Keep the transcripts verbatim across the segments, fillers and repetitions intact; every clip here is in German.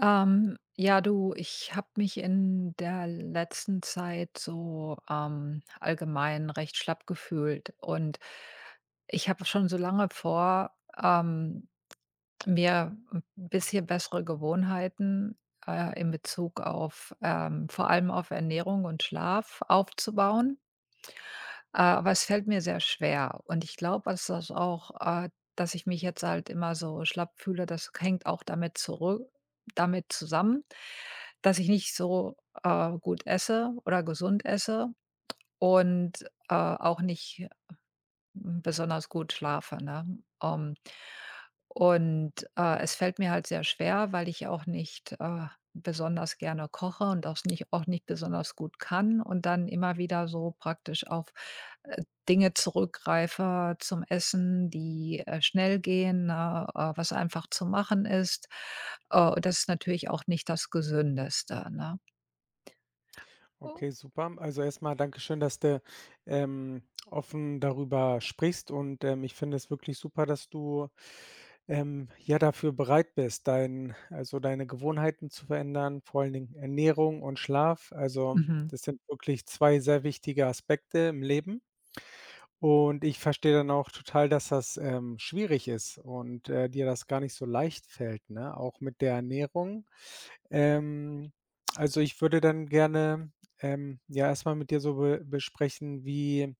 Ähm, ja, Du, ich habe mich in der letzten Zeit so ähm, allgemein recht schlapp gefühlt und ich habe schon so lange vor, ähm, mir ein bisschen bessere Gewohnheiten äh, in Bezug auf ähm, vor allem auf Ernährung und Schlaf aufzubauen. Äh, aber es fällt mir sehr schwer und ich glaube, dass das auch äh, dass ich mich jetzt halt immer so schlapp fühle, das hängt auch damit zurück damit zusammen, dass ich nicht so, äh, gut esse oder gesund esse und, äh, auch nicht besonders gut schlafe, ne? Ähm, und, äh, es fällt mir halt sehr schwer, weil ich auch nicht, äh, besonders gerne koche und das nicht auch nicht besonders gut kann und dann immer wieder so praktisch auf, äh, Dinge zurückgreife zum Essen, die, äh, schnell gehen, ne, äh, was einfach zu machen ist. Äh, und das ist natürlich auch nicht das Gesündeste, ne? Okay, super. Also erstmal Dankeschön, dass du ähm, offen darüber sprichst, und ähm, ich finde es wirklich super, dass du ähm, ja dafür bereit bist, dein, also deine Gewohnheiten zu verändern, vor allen Dingen Ernährung und Schlaf. Also Mhm. das sind wirklich zwei sehr wichtige Aspekte im Leben. Und ich verstehe dann auch total, dass das, ähm, schwierig ist und, äh, dir das gar nicht so leicht fällt, ne, auch mit der Ernährung. Ähm, also, ich würde dann gerne, ähm, ja, erstmal mit dir so be besprechen, wie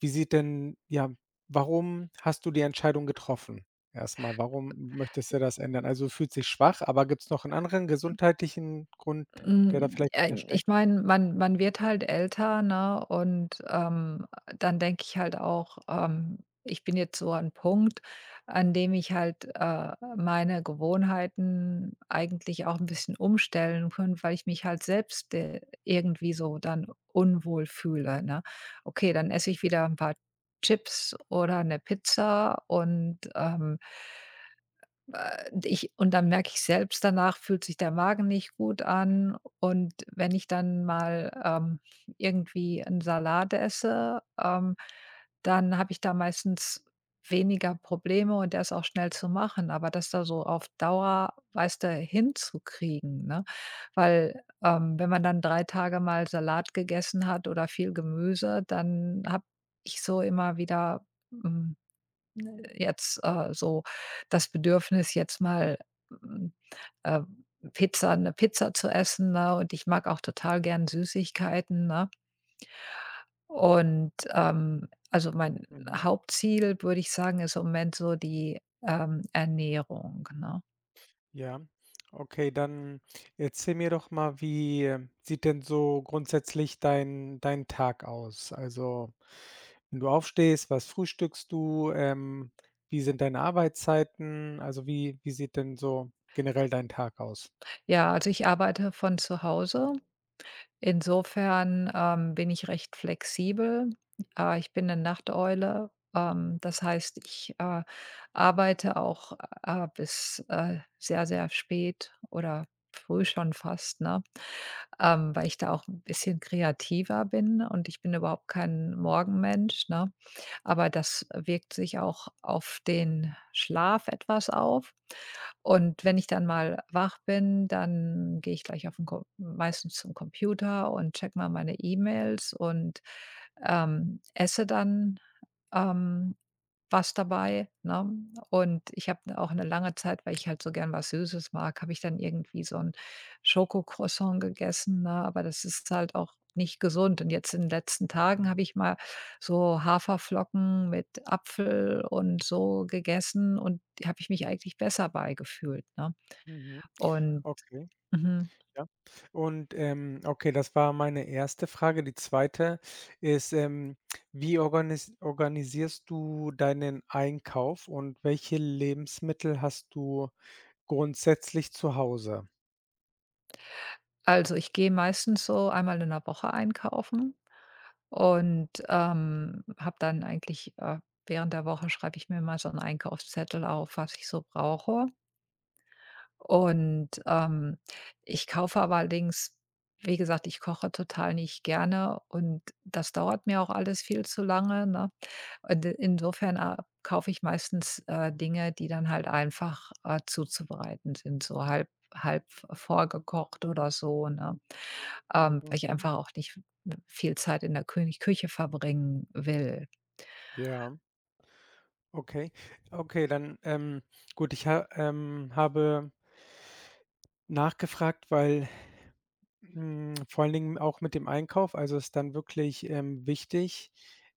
wie sieht denn ja, warum hast du die Entscheidung getroffen? Erstmal, warum möchtest du das ändern? Also, du fühlst dich schwach, aber gibt es noch einen anderen gesundheitlichen Grund, der da Hm, vielleicht äh, hintersteckt? Ich meine, man man wird halt älter, ne? Und, ähm, dann denke ich halt auch, ähm, ich bin jetzt so an Punkt, an dem ich halt, äh, meine Gewohnheiten eigentlich auch ein bisschen umstellen könnte, weil ich mich halt selbst, äh, irgendwie so dann unwohl fühle, ne? Okay, dann esse ich wieder ein paar Chips oder eine Pizza und, ähm äh, ich und dann merke ich selbst, danach fühlt sich der Magen nicht gut an. Und wenn ich dann mal, ähm, irgendwie 'n Salat esse, ähm, dann habe ich da meistens weniger Probleme und der ist auch schnell zu machen. Aber das da so auf Dauer, weißt du, hinzukriegen, ne? Weil, ähm, wenn man dann drei Tage mal Salat gegessen hat oder viel Gemüse, dann habe ich so immer wieder, hm jetzt, äh, so das Bedürfnis, jetzt mal, hm, äh, Pizza eine Pizza zu essen, ne? Und ich mag auch total gern Süßigkeiten, ne? Und, ähm, also mein Mhm. Hauptziel, würde ich sagen, ist im Moment so die, ähm, Ernährung, ne? Ja, okay, dann erzähl mir doch mal, wie, äh, sieht denn so grundsätzlich dein dein Tag aus? Also, wenn du aufstehst, was frühstückst du? Ähm, wie sind deine Arbeitszeiten? Also, wie wie sieht denn so generell dein Tag aus? Ja, also ich arbeite von zu Hause. Insofern, ähm, bin ich recht flexibel. Äh, ich bin eine Nachteule. Ähm, das heißt, ich, äh, arbeite auch, äh, bis, äh, sehr, sehr spät oder früh schon fast, ne? Ähm, weil ich da auch ein bisschen kreativer bin und ich bin überhaupt kein Morgenmensch, ne? Aber das wirkt sich auch auf den Schlaf etwas auf. Und wenn ich dann mal wach bin, dann gehe ich gleich auf den Com meistens zum Computer und checke mal meine E-Mails und, ähm, esse dann, ähm, was dabei, ne? Und ich habe auch eine lange Zeit, weil ich halt so gern was Süßes mag, habe ich dann irgendwie so 'n Schokocroissant gegessen, ne? Aber das ist halt auch nicht gesund. Und jetzt in den letzten Tagen habe Mhm. ich mal so Haferflocken mit Apfel und so gegessen und habe ich mich eigentlich besser bei gefühlt, ne? Mhm. Und Okay, mhm. ja. Und, ähm, okay, das war meine erste Frage. Die zweite ist, ähm, wie organis organisierst du deinen Einkauf, und welche Lebensmittel hast du grundsätzlich zu Hause? Also, ich gehe meistens so einmal in der Woche einkaufen und, ähm, habe dann eigentlich, äh während der Woche schreibe ich mir mal so einen Einkaufszettel auf, was ich so brauche. Und, ähm, ich kaufe aber allerdings, wie gesagt, ich koche total nicht gerne und das dauert mir auch alles viel zu lange, ne? Und i insofern, äh, kaufe ich meistens, äh, Dinge, die dann halt einfach, äh, zuzubereiten sind, so halb halb vorgekocht oder so, ne? Ähm, weil ich Mhm. einfach auch nicht viel Zeit in der Kün Küche verbringen will. Ja, okay. Okay, dann, ähm, gut, ich ha ähm, habe nachgefragt, weil, hm, vor allen Dingen auch mit dem Einkauf. Also, ist dann wirklich, ähm, wichtig,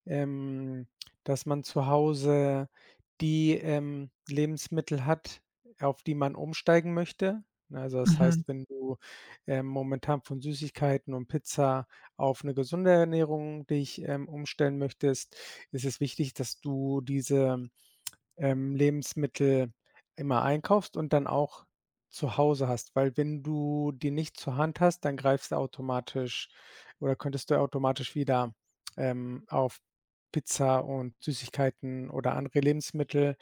ähm, dass man zu Hause die, ähm, Lebensmittel hat, auf die man umsteigen möchte. Ne, also, das Mhm, heißt, wenn du, ähm, momentan von Süßigkeiten und Pizza auf eine gesunde Ernährung dich, ähm, umstellen möchtest, ist es wichtig, dass du diese ähm, Lebensmittel immer einkaufst und dann auch zu Hause hast, weil wenn du die nicht zur Hand hast, dann greifst du automatisch oder könntest du automatisch wieder, ähm, auf Pizza und Süßigkeiten oder andere Lebensmittel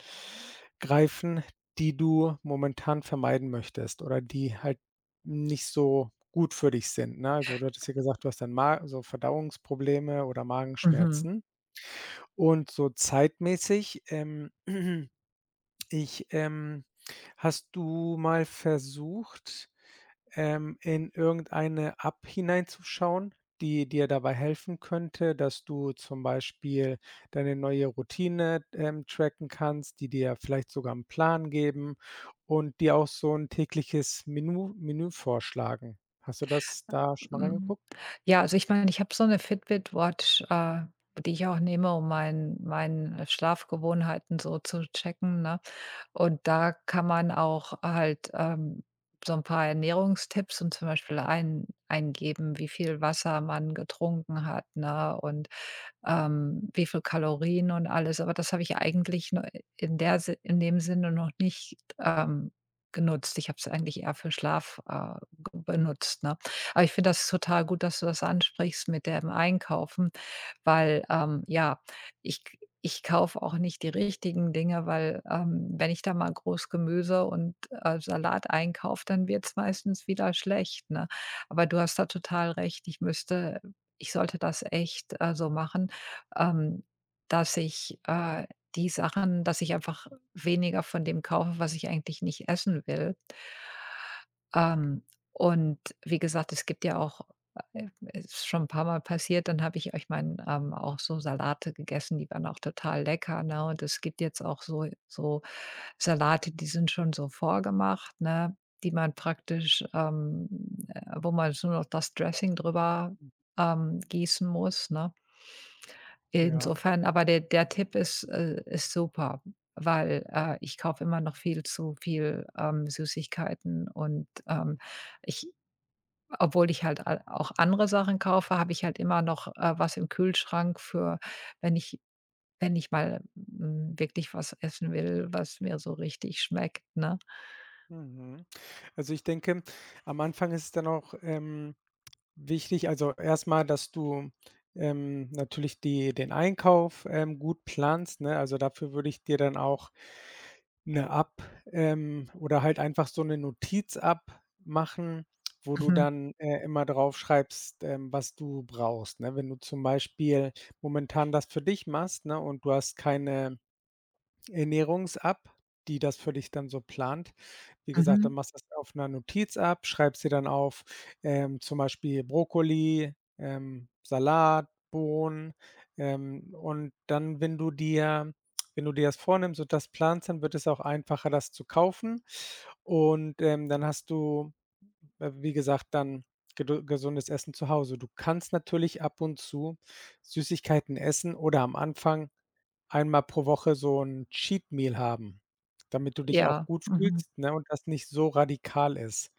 greifen, die du momentan vermeiden möchtest oder die halt nicht so gut für dich sind, ne? Also, du hattest ja gesagt, du hast dann Ma so Verdauungsprobleme oder mhm, Magenschmerzen, und so zeitmäßig, ähm Ich, ähm hast du mal versucht, ähm, in irgendeine App hineinzuschauen, die dir dabei helfen könnte, dass du zum Beispiel deine neue Routine, ähm, tracken kannst, die dir vielleicht sogar 'n Plan geben und dir auch so 'n tägliches Menu Menü vorschlagen? Hast du das da schon mal mhm. reingeguckt? Ja, also ich meine, ich habe so eine Fitbit Watch, äh, die ich auch nehme, um mein meine Schlafgewohnheiten so zu checken, ne? Und da kann man auch halt, ähm, so ein paar Ernährungstipps und zum Beispiel ein eingeben, wie viel Wasser man getrunken hat, ne? Und ähm, wie viel Kalorien und alles. Aber das habe ich eigentlich nur in der Si in dem Sinne noch nicht, ähm, genutzt. Ich habe es eigentlich eher für Schlaf, äh, g benutzt, ne? Aber ich finde das total gut, dass du das ansprichst mit dem Einkaufen, weil, ähm, ja, ich ich kaufe auch nicht die richtigen Dinge, weil, ähm, wenn ich da mal groß Gemüse und, äh, Salat einkaufe, dann wird es meistens wieder schlecht, ne? Aber du hast da total recht. Ich müsste ich sollte das echt, äh, so machen, ähm, dass ich, äh, die Sachen dass ich einfach weniger von dem kaufe, was ich eigentlich nicht essen will. Ähm, und wie gesagt, es gibt ja auch, äh, es ist schon ein paar Mal passiert, dann habe ich euch meine, ähm, auch so Salate gegessen, die waren auch total lecker, ne? Und es gibt jetzt auch so so Salate, die sind schon so vorgemacht, ne, die man praktisch, ähm, äh wo man so noch das Dressing drüber, ähm, gießen muss, ne? Ja, Insofern aber der der Tipp ist, äh ist super, weil, äh, ich kaufe immer noch viel zu viel, ähm, Süßigkeiten und, ähm, ich obwohl ich halt a auch andere Sachen kaufe, habe ich halt immer noch, äh, was im Kühlschrank für wenn ich wenn ich mal, hm, wirklich was essen will, was mir so richtig schmeckt, ne? mhm. Also, ich denke, am Anfang ist es dann auch, ähm wichtig, also erstmal, dass du, ähm, natürlich die den Einkauf, ähm, gut planst, ne? Also, dafür würde ich dir dann auch eine App, ähm, oder halt einfach so eine Notiz-App machen, wo du Mhm, dann, äh, immer draufschreibst, ähm, was du brauchst, ne? Wenn du zum Beispiel momentan das für dich machst, ne, und du hast keine Ernährungs-App, die das für dich dann so plant. Wie gesagt, mhm. dann machst du das auf 'ner Notiz ab, schreibst dir dann auf, ähm, zum Beispiel Brokkoli, ähm,, Salat, Bohnen, ähm,, und dann, wenn du dir wenn du dir das vornimmst und das planst, dann wird es auch einfacher, das zu kaufen. Und, ähm, dann hast du, äh, wie gesagt, dann gedu gesundes Essen zu Hause. Du kannst natürlich ab und zu Süßigkeiten essen oder am Anfang einmal pro Woche so 'n Cheat Meal haben, damit du dich auch Ja, gut mhm, fühlst, ne, und das nicht so radikal ist.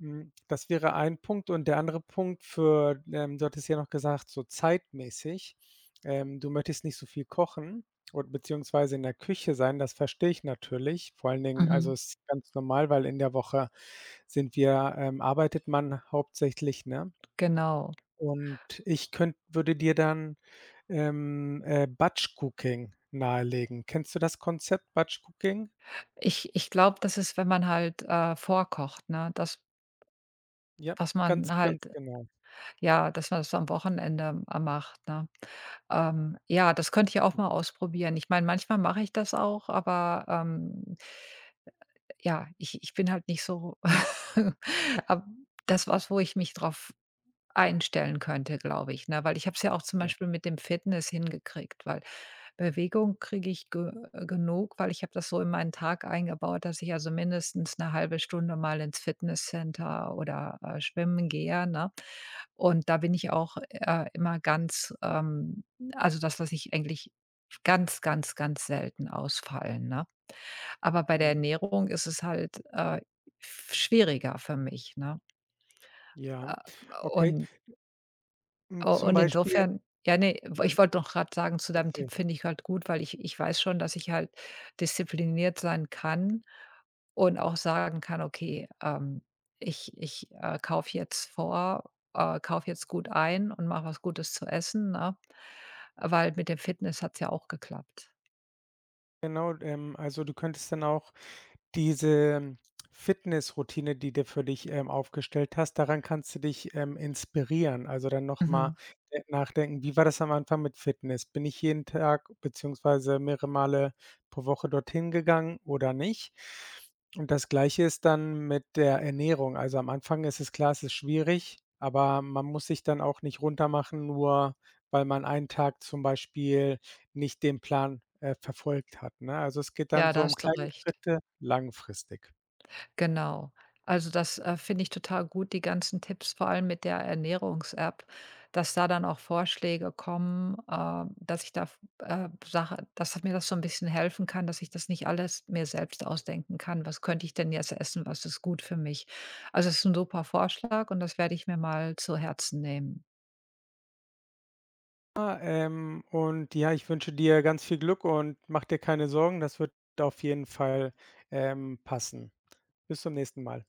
Hm, das wäre ein Punkt, und der andere Punkt für ähm, du hattest ja noch gesagt, so zeitmäßig, ähm, du möchtest nicht so viel kochen und beziehungsweise in der Küche sein, das verstehe ich natürlich. Vor allen Dingen, mhm, also, ist ganz normal, weil in der Woche sind wir ähm, arbeitet man hauptsächlich, ne? genau. Und ich könnt würde dir dann ähm, äh, Batch Cooking nahelegen. Kennst du das Konzept Batch Cooking? Ich ich glaube, das ist, wenn man halt, äh, vorkocht, ne? Das, Ja, was man ganz, halt, ganz genau. ja, dass man das am Wochenende a macht, ne? Ähm, ja, das könnte ich auch mal ausprobieren. Ich meine, manchmal mache ich das auch, aber, ähm, ja, ich ich bin halt nicht so ab das was, wo ich mich drauf einstellen könnte, glaube ich, ne? Weil ich habe es ja auch zum Ja. Beispiel mit dem Fitness hingekriegt, weil Bewegung kriege ich ge äh, genug, weil ich habe das so in meinen Tag eingebaut, dass ich also mindestens eine halbe Stunde mal ins Fitnesscenter oder, äh, schwimmen gehe, ne? Und da bin ich auch, äh, immer ganz, ähm also das lasse ich eigentlich ganz, ganz, ganz selten ausfallen, ne? Aber bei der Mhm. Ernährung ist es halt, äh, schwieriger für mich, ne? Ja, Äh, okay. und U Hm, zum und Beispiel insofern, ja, ne, w mhm. ich wollte noch grad sagen, zu deinem Tipp finde ich halt gut, weil ich ich weiß schon, dass ich halt diszipliniert sein kann und auch sagen kann: „Okay, ähm, ich ich, äh, kaufe jetzt vor äh, kaufe jetzt gut ein und mache was Gutes zu essen“, ne? Weil mit dem Fitness hat's ja auch geklappt. Genau, ähm, also du könntest dann auch diese Fitnessroutine, die du für dich, ähm, aufgestellt hast, daran kannst du dich, ähm, inspirieren. Also, dann nochmal Mhm. nachdenken: „Wie war das am Anfang mit Fitness? Bin ich jeden Tag beziehungsweise mehrere Male pro Woche dorthin gegangen oder nicht?“ Und das Gleiche ist dann mit der Ernährung. Also, am Anfang ist es klar, es ist schwierig, aber man muss sich dann auch nicht runtermachen, nur weil man einen Tag zum Beispiel nicht den Plan, äh, verfolgt hat, ne? Also, es geht dann Ja, so da um hast du kleine recht. Schritte langfristig. Genau. Also, das, äh, finde ich total gut, die ganzen Tipps, vor allem mit der Ernährungs-App, dass da dann auch Vorschläge kommen, äh, dass ich da f äh, Sache dass mir das so ein bisschen helfen kann, dass ich das nicht alles mir selbst ausdenken kann. Was könnte ich denn jetzt essen? Was ist gut für mich? Also, es ist ein super Vorschlag und das werde ich mir mal zu Herzen nehmen. Ah, ähm, und ja, ich wünsche dir ganz viel Glück, und mach dir keine Sorgen, das wird auf jeden Fall, ähm, passen. Bis zum nächsten Mal.